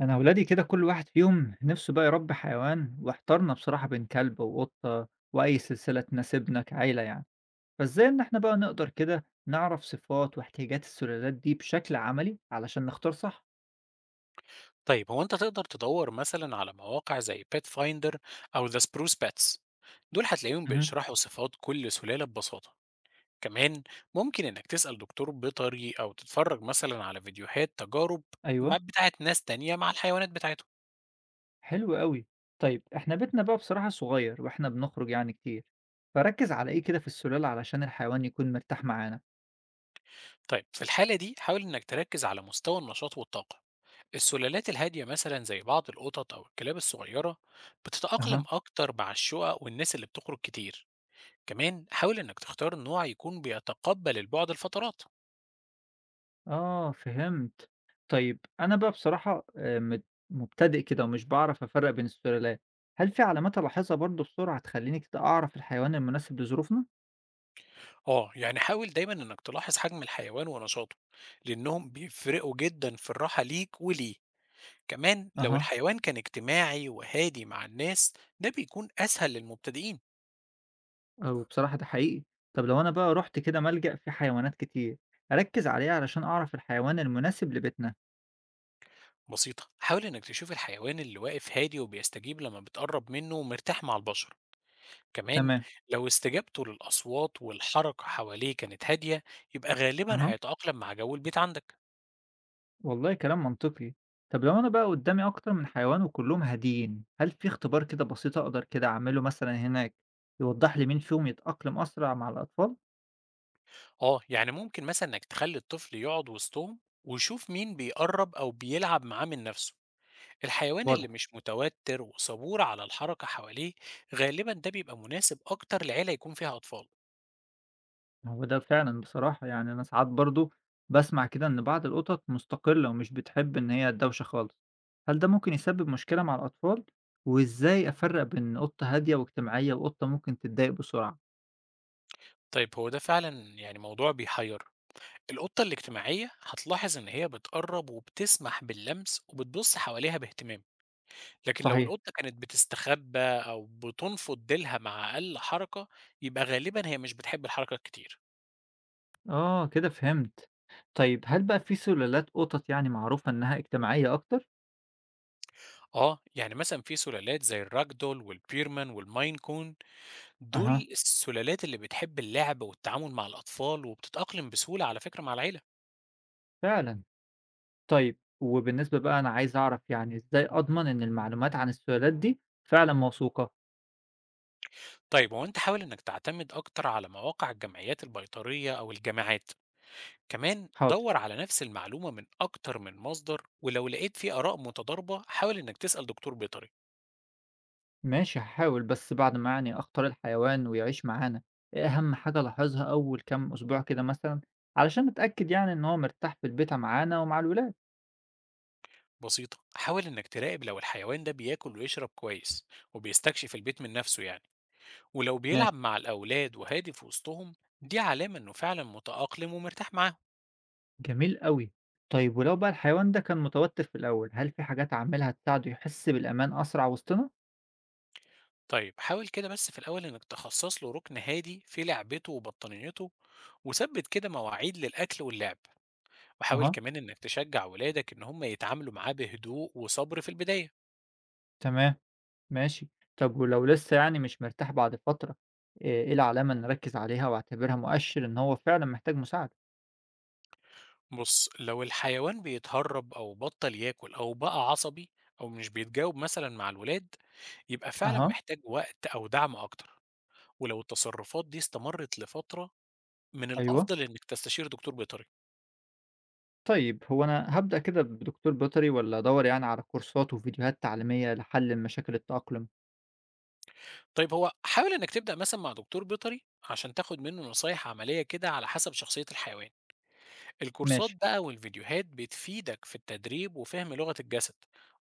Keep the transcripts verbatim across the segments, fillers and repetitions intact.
أنا أولادي كده كل واحد فيهم نفسه بقى يربي حيوان واحتارنا بصراحة بين كلب وقطة وأي سلسلة تناسبنا كعيلة يعني، فإزاي إن إحنا بقى نقدر كده نعرف صفات واحتياجات السلالات دي بشكل عملي علشان نختار صح؟ طيب هو انت تقدر تدور مثلا على مواقع زي بيت فايندر او ذا سبروس باتس، دول هتلاقيهم مهم. بيشرحوا صفات كل سلالة ببساطة. كمان ممكن انك تسأل دكتور بيطري او تتفرج مثلا على فيديوهات تجارب ما أيوه. بتاعت ناس تانية مع الحيوانات بتاعتهم. حلو قوي. طيب إحنا بيتنا بقى بصراحة صغير وإحنا بنخرج يعني كتير، فركز على إيه كده في السلالة علشان الحيوان يكون مرتاح معانا؟ طيب في الحالة دي حاول انك تركز على مستوى النشاط والطاقة. السلالات الهادية مثلا زي بعض القطط او الكلاب الصغيرة بتتأقلم أها. اكتر مع الشقق والناس اللي بتخرج كتير. كمان حاول انك تختار نوع يكون بيتقبل البعد الفترات. آه فهمت. طيب أنا بقى بصراحة آآ مت مبتدئ كده ومش باعرف أفرّق بين السلالات، هل في علامات ألاحظها برضه بسرعة تخلّيني كده أعرف الحيوان المناسب لظروفنا؟ آه، يعني حاول دايمًا إنك تلاحظ حجم الحيوان ونشاطه، لأنهم بيفرقوا جدًا في الراحة ليك وليه، كمان لو أها. الحيوان كان اجتماعي وهادي مع الناس ده بيكون أسهل للمبتدئين. آه بصراحة ده حقيقي. طب لو أنا بقى رُحت كده ملجأ فيه حيوانات كتير، أركّز على إيه علشان أعرف الحيوان المناسب لبيتنا؟ بسيطة، حاول إنك تشوف الحيوان اللي واقف هادي وبيستجيب لما بتقرب منه ومرتاح مع البشر، كمان تمام. لو استجابته للأصوات والحركة حواليه كانت هادية يبقى غالبًا أها. هيتأقلم مع جو البيت عندك. والله كلام منطقي. طب لو أنا بقى قدّامي أكتر من حيوان وكلّهم هاديين، هل في اختبار كده بسيط أقدر كده أعمله مثلًا هناك، يوضّح لي مين فيهم يتأقلم أسرع مع الأطفال؟ آه، يعني ممكن مثلًا إنك تخلي الطفل يقعد وسطهم ويشوف مين بيقرب أو بيلعب معاه من نفسه. الحيوان اللي واضح. مش متوتر وصبور على الحركة حواليه غالبا ده بيبقى مناسب أكتر لعيلة يكون فيها أطفال. هو ده فعلًا بصراحة، يعني أنا ساعات برضه باسمع كده إن بعض القطط مستقلة ومش بتحب إن هي الدوشة خالص، هل ده ممكن يسبب مشكلة مع الأطفال؟ وإزاي أفرّق بين قطة هادية واجتماعية وقطة ممكن تتضايق بسرعة؟ طيب هو ده فعلا يعني موضوع بيحير. القطة الاجتماعية هتلاحظ إن هي بتقرب وبتسمح باللمس وبتبص حواليها باهتمام، لكن لو صحيح. القطة كانت بتستخبى أو بتنفض ديلها مع أقل حركة يبقى غالبا هي مش بتحب الحركة كتير. آه كده فهمت، طيب هل بقى في سلالات قطط يعني معروفة إنها اجتماعية أكتر؟ آه، يعني مثلا في سلالات زي الراجدول والبيرمان والماين كون، دول أها السلالات اللي بتحب اللعب والتعامل مع الأطفال وبتتأقلم بسهولة على فكرة مع العيلة. فعلًا، طيب وبالنسبة بقى أنا عايز أعرف يعني إزاي أضمن إن المعلومات عن السلالات دي فعلًا موثوقة؟ طيب هو أنت حاول إنك تعتمد أكتر على مواقع الجمعيات البيطرية أو الجامعات. كمان حاضر. دور على نفس المعلومة من أكتر من مصدر، ولو لقيت في آراء متضاربة حاول إنك تسأل دكتور بيطري. ماشي هاحاول، بس بعد ما يعني أختار الحيوان ويعيش معانا، إيه أهم حاجة ألاحظها أول كام أسبوع كده مثلًا، علشان أتأكد يعني إن هو مرتاح في البيئة معانا ومع الولاد؟ بسيطة، حاول إنك تراقب لو الحيوان ده بياكل ويشرب كويس وبيستكشف البيت من نفسه يعني، ولو بيلعب ماشي. مع الأولاد وهادي في وسطهم، دي علامة إنه فعلا متأقلم ومرتاح معاهم. جميل أوي، طيب ولو بقى الحيوان ده كان متوتر في الأول، هل في حاجات أعملها تساعده يحس بالأمان أسرع وسطنا؟ طيب حاول كده بس في الأول إنك تخصص له ركن هادي في لعبته وبطانيته، وثبت كده مواعيد للأكل واللعب، وحاول أها. كمان إنك تشجع ولادك إن هم يتعاملوا معاه بهدوء وصبر في البداية. تمام. ماشي، طب ولو لسه يعني مش مرتاح بعد فترة، إيه إيه العلامة اللي نركز عليها وأعتبرها مؤشر إن هو فعلا محتاج مساعدة؟ بص، لو الحيوان بيتهرب أو بطل ياكل أو بقى عصبي أو مش بيتجاوب مثلا مع الولاد، يبقى فعلا أها. محتاج وقت أو دعم أكتر، ولو التصرفات دي استمرت لفترة من أيوه. الأفضل إنك تستشير دكتور بيطري. طيب، هو أنا هابدأ كده بدكتور بيطري والّا أدوّر يعني على كورسات وفيديوهات تعليمية لحل مشاكل التأقلم؟ طيب هو حاول انك تبدأ مثلا مع دكتور بيطري عشان تاخد منه نصايح عملية كده على حسب شخصية الحيوان. الكورسات ماشي. بقى والفيديوهات بتفيدك في التدريب وفهم لغة الجسد،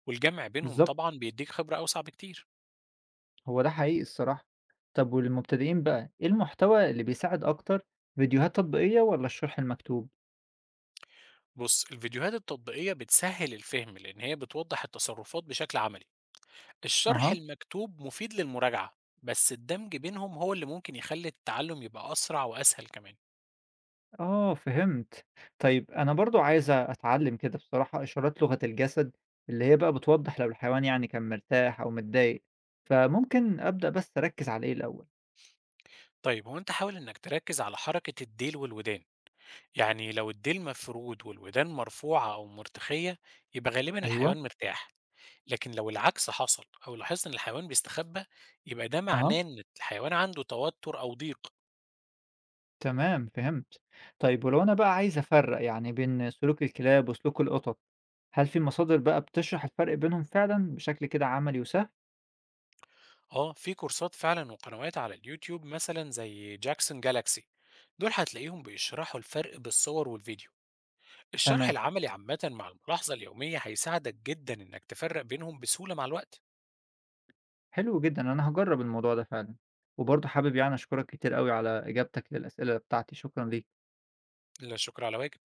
والجمع بينهم بالضبط، طبعا بيديك خبرة أوسع بكتير. هو ده حقيقي الصراحة. طب وللمبتدئين بقى، إيه المحتوى اللي بيساعد أكتر، فيديوهات تطبيقية والّا الشرح المكتوب؟ بص، الفيديوهات التطبيقية بتسهل الفهم لأن هي بتوضح التصرفات بشكل عملي. الشرح أها. المكتوب مفيد للمراجعة، بس الدمج بينهم هو اللي ممكن يخلي التعلم يبقى أسرع وأسهل كمان. آه فهمت. طيب أنا برضه عايز أتعلم كده بصراحة إشارات لغة الجسد، اللي هي بقى بتوضّح لو الحيوان يعني كان مرتاح أو متضايق، فممكن أبدأ بس أركّز على إيه الأول؟ طيب هو أنت حاول إنك تركز على حركة الديل والودان. يعني لو الديل مفرود والودان مرفوعة أو مرتخية يبقى غالبا أيوه. الحيوان مرتاح، لكن لو العكس حصل أو لاحظت إن الحيوان بيستخبى يبقى ده أها. معناه إن الحيوان عنده توتر أو ضيق. تمام، فهمت. طيب ولو أنا بقى عايز أفرّق يعني بين سلوك الكلاب وسلوك القطط، هل في مصادر بقى بتشرح الفرق بينهم فعلًا بشكل كده عملي وسهل؟ اه، في كورسات فعلا وقنوات على اليوتيوب مثلا زي جاكسون جالاكسي، دول هتلاقيهم بيشرحوا الفرق بالصور والفيديو. الشرح تمام، العملي عامة مع الملاحظة اليومية هيساعدك جدا إنك تفرق بينهم بسهولة مع الوقت. حلو جدًا، أنا هاجرّب الموضوع ده فعلًا. وبرضه حابب يعني أشكرك كتير أوي على إجابتك للأسئلة بتاعتي، شكرًا ليك. لا شكر على واجب.